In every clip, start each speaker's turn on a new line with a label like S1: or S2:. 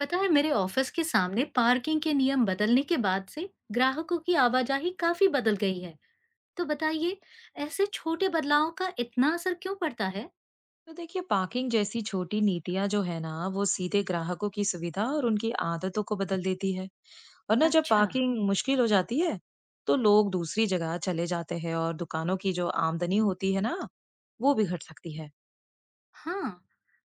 S1: पता है, मेरे ऑफिस के सामने पार्किंग के नियम बदलने के बाद से ग्राहकों की आवाजाही काफी बदल गई है। तो बताइए, ऐसे छोटे बदलावों का इतना असर क्यों पड़ता है?
S2: तो देखिए पार्किंग जैसी छोटी नीतियां जो है ना वो सीधे ग्राहकों की सुविधा और उनकी आदतों को बदल देती है। और ना जब
S1: अच्छा।
S2: पार्किंग मुश्किल हो जाती है तो लोग दूसरी जगह चले जाते हैं और दुकानों की जो आमदनी होती है ना वो भी घट सकती है।
S1: हाँ।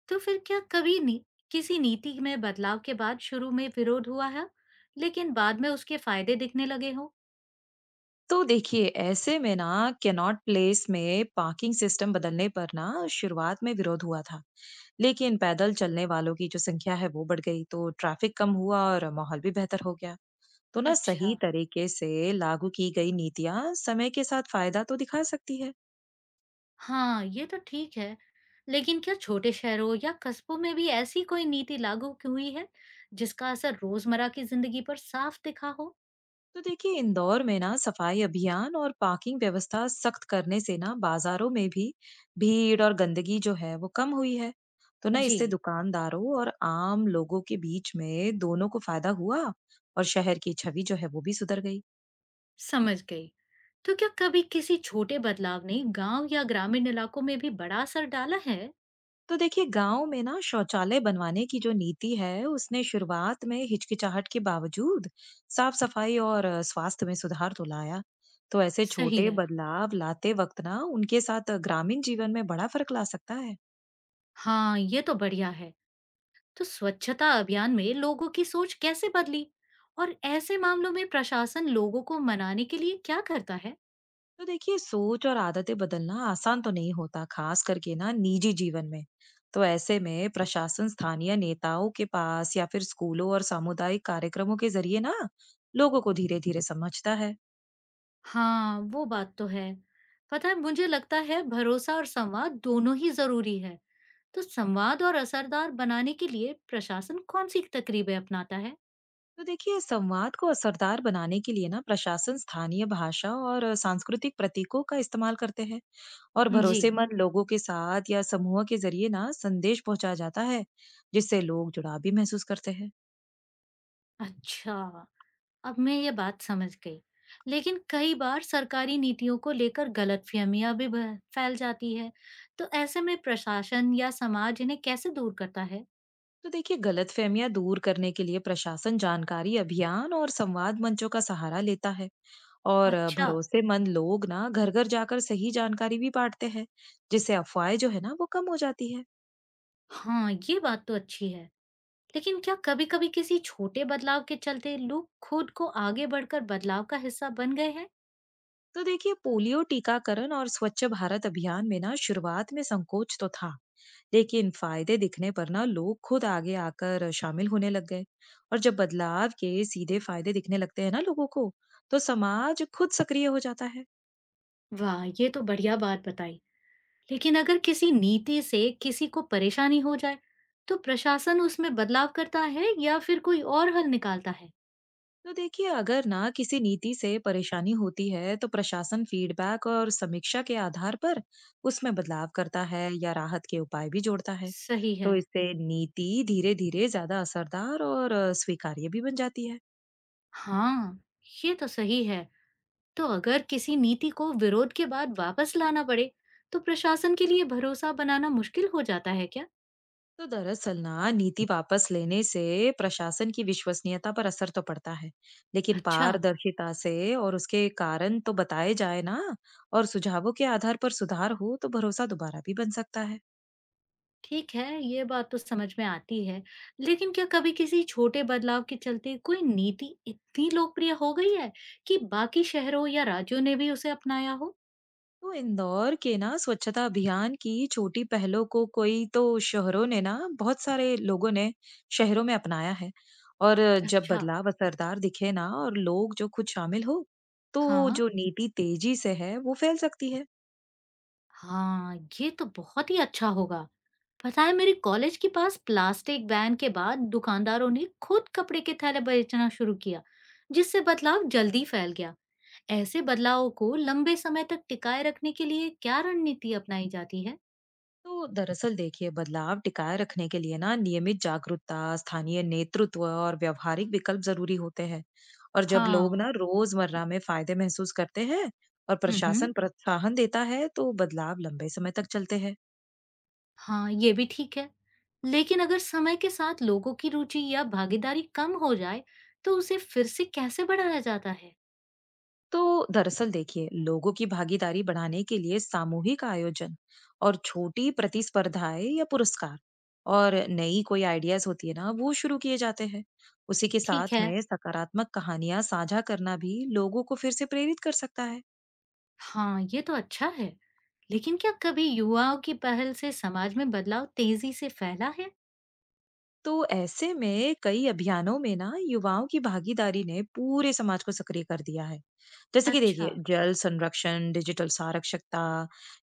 S1: तो फिर क्या कभी किसी नीति में बदलाव के बाद शुरू में विरोध हुआ है, लेकिन बाद में उसके फायदे दिखने लगे हो?
S2: तो देखिए ऐसे में ना कैनॉट प्लेस में पार्किंग सिस्टम बदलने पर ना शुरुआत में विरोध हुआ था, लेकिन पैदल चलने वालों की जो संख्या है वो बढ़ गई तो ट्रैफिक कम हुआ और माहौल भी बेहतर हो गया। तो ना
S1: अच्छा।
S2: सही तरीके से लागू की गई नीतियां समय के साथ फायदा तो दिखा सकती है।
S1: हाँ, ये तो ठीक है। लेकिन क्या छोटे शहरों या कस्बों में भी ऐसी कोई नीति लागू हुई है, जिसका असर रोजमर्रा की जिंदगी पर साफ दिखा हो?
S2: तो देखिए इंदौर में ना सफाई अभियान और पार्किंग व्यवस्था सख्त करने से ना बाजारों में भी भीड़ और गंदगी जो है वो कम हुई है। तो ना
S1: जी।
S2: इससे दुकानदारों और आम लोगों के बीच में दोनों को फायदा हुआ और शहर की छवि जो है वो भी सुधर गई।
S1: समझ गई। तो क्या कभी किसी छोटे बदलाव ने गांव या ग्रामीण इलाकों में भी बड़ा असर डाला है?
S2: तो देखिए गांव में ना शौचालय बनवाने की जो नीति है उसने शुरुआत में हिचकिचाहट के बावजूद साफ सफाई और स्वास्थ्य में सुधार तो लाया। तो ऐसे
S1: सही
S2: छोटे
S1: है।
S2: बदलाव लाते वक्त ना उनके साथ ग्रामीण जीवन में बड़ा फर्क ला सकता है।
S1: हाँ, ये तो बढ़िया है। तो स्वच्छता अभियान में लोगों की सोच कैसे बदली, और ऐसे मामलों में प्रशासन लोगों को मनाने के लिए क्या करता है?
S2: तो देखिए सोच और आदतें बदलना आसान तो नहीं होता, खास करके ना निजी जीवन में। तो ऐसे में प्रशासन स्थानीय नेताओं के पास या फिर स्कूलों और सामुदायिक कार्यक्रमों के जरिए ना लोगों को धीरे धीरे समझता है।
S1: हाँ, वो बात तो है। पता है, मुझे लगता है भरोसा और संवाद दोनों ही जरूरी है। तो संवाद और असरदार बनाने के लिए प्रशासन कौन सी तकरीबें अपनाता है?
S2: तो देखिए संवाद को असरदार बनाने के लिए ना प्रशासन स्थानीय भाषा और सांस्कृतिक प्रतीकों का इस्तेमाल करते हैं और
S1: जी।
S2: भरोसेमंद लोगों के साथ या समूह के जरिए ना संदेश पहुंचा जाता है, जिससे लोग जुड़ाव भी महसूस करते हैं।
S1: अच्छा, अब मैं ये बात समझ गई। लेकिन कई बार सरकारी नीतियों को लेकर गलतफहमियां भी फैल जाती है। तो ऐसे में प्रशासन या समाज इन्हें कैसे दूर करता है?
S2: तो देखिए गलतफहमियां दूर करने के लिए प्रशासन जानकारी अभियान और संवाद मंचों का सहारा लेता है और
S1: अच्छा।
S2: भरोसेमंद लोग ना घर घर जाकर सही जानकारी भी बांटते हैं, जिससे अफवाहें जो है ना वो कम हो जाती है।
S1: हाँ, ये बात तो अच्छी है। लेकिन क्या कभी कभी किसी छोटे बदलाव के चलते लोग खुद को आगे बढ़कर बदलाव का हिस्सा बन गए हैं?
S2: तो देखिए पोलियो टीकाकरण और स्वच्छ भारत अभियान में ना शुरुआत में संकोच तो था, लेकिन फायदे दिखने पर ना लोग खुद आगे आकर शामिल होने लग गए। और जब बदलाव के सीधे फायदे दिखने लगते हैं ना लोगों को, तो समाज खुद सक्रिय हो जाता है।
S1: वाह, ये तो बढ़िया बात बताई। लेकिन अगर किसी नीति से किसी को परेशानी हो जाए, तो प्रशासन उसमें बदलाव करता है या फिर कोई और हल निकालता है?
S2: तो देखिए अगर ना किसी नीति से परेशानी होती है तो प्रशासन फीडबैक और समीक्षा के आधार पर उसमें बदलाव करता है या राहत के उपाय भी जोड़ता है।
S1: सही है।
S2: तो इससे नीति धीरे धीरे ज्यादा असरदार और स्वीकार्य भी बन जाती है।
S1: हाँ, ये तो सही है। तो अगर किसी नीति को विरोध के बाद वापस लाना पड़े, तो प्रशासन के लिए भरोसा बनाना मुश्किल हो जाता है क्या?
S2: तो दरअसल ना नीति वापस लेने से प्रशासन की विश्वसनीयता पर असर तो पड़ता है, लेकिन
S1: अच्छा।
S2: पारदर्शिता से और उसके कारण तो बताए जाए ना और सुझावों के आधार पर सुधार हो तो भरोसा दोबारा भी बन सकता है।
S1: ठीक है, ये बात तो समझ में आती है। लेकिन क्या कभी किसी छोटे बदलाव के चलते कोई नीति इतनी लोकप्रिय हो गई है कि बाकी शहरों या राज्यों ने भी उसे अपनाया हो?
S2: तो इंदौर के ना स्वच्छता अभियान की छोटी पहलों को कोई तो शहरों ने ना बहुत सारे लोगों ने शहरों में अपनाया है। और जब
S1: अच्छा।
S2: बदलाव असरदार दिखे ना और लोग जो खुद शामिल हो तो
S1: हाँ।
S2: जो नीति तेजी से है वो फैल सकती है।
S1: हाँ, ये तो बहुत ही अच्छा होगा। पता है, मेरे कॉलेज के पास प्लास्टिक बैन के बाद दुकानदारों ने खुद कपड़े के थैले बेचना शुरू किया, जिससे बदलाव जल्दी फैल गया। ऐसे बदलावों को लंबे समय तक टिकाए रखने के लिए क्या रणनीति अपनाई जाती है?
S2: तो दरअसल देखिए बदलाव टिकाए रखने के लिए ना नियमित जागरूकता, स्थानीय नेतृत्व और व्यवहारिक विकल्प जरूरी होते हैं। और जब लोग
S1: हाँ,
S2: ना रोजमर्रा में फायदे महसूस करते हैं और
S1: हम्म हम्म,
S2: प्रशासन प्रोत्साहन देता है तो बदलाव लंबे समय तक चलते हैं।
S1: हाँ, ये भी ठीक है। लेकिन अगर समय के साथ लोगों की रुचि या भागीदारी कम हो जाए, तो उसे फिर से कैसे बढ़ाया जाता है?
S2: तो दरअसल देखिए लोगों की भागीदारी बढ़ाने के लिए सामूहिक आयोजन और छोटी प्रतिस्पर्धाएं या पुरस्कार और नई कोई आइडियाज होती है ना वो शुरू किए जाते हैं। उसी के
S1: ठीक
S2: साथ
S1: है।
S2: में सकारात्मक कहानियां साझा करना भी लोगों को फिर से प्रेरित कर सकता है।
S1: हाँ, ये तो अच्छा है। लेकिन क्या कभी युवाओं की पहल से समाज में बदलाव तेजी से फैला है?
S2: तो ऐसे में कई अभियानों में ना युवाओं की भागीदारी ने पूरे समाज को सक्रिय कर दिया है, जैसे कि
S1: अच्छा।
S2: देखिए जल संरक्षण, डिजिटल साक्षरता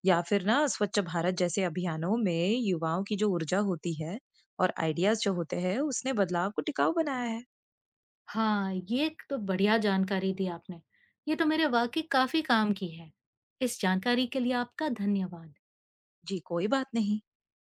S2: या फिर ना स्वच्छ भारत जैसे अभियानों में युवाओं की जो ऊर्जा होती है और आइडियाज जो होते हैं उसने बदलाव को टिकाऊ बनाया है।
S1: हाँ, ये एक तो बढ़िया जानकारी दी आपने। ये तो मेरे वाकई काफी काम की है। इस जानकारी के लिए आपका धन्यवाद।
S2: जी कोई बात नहीं।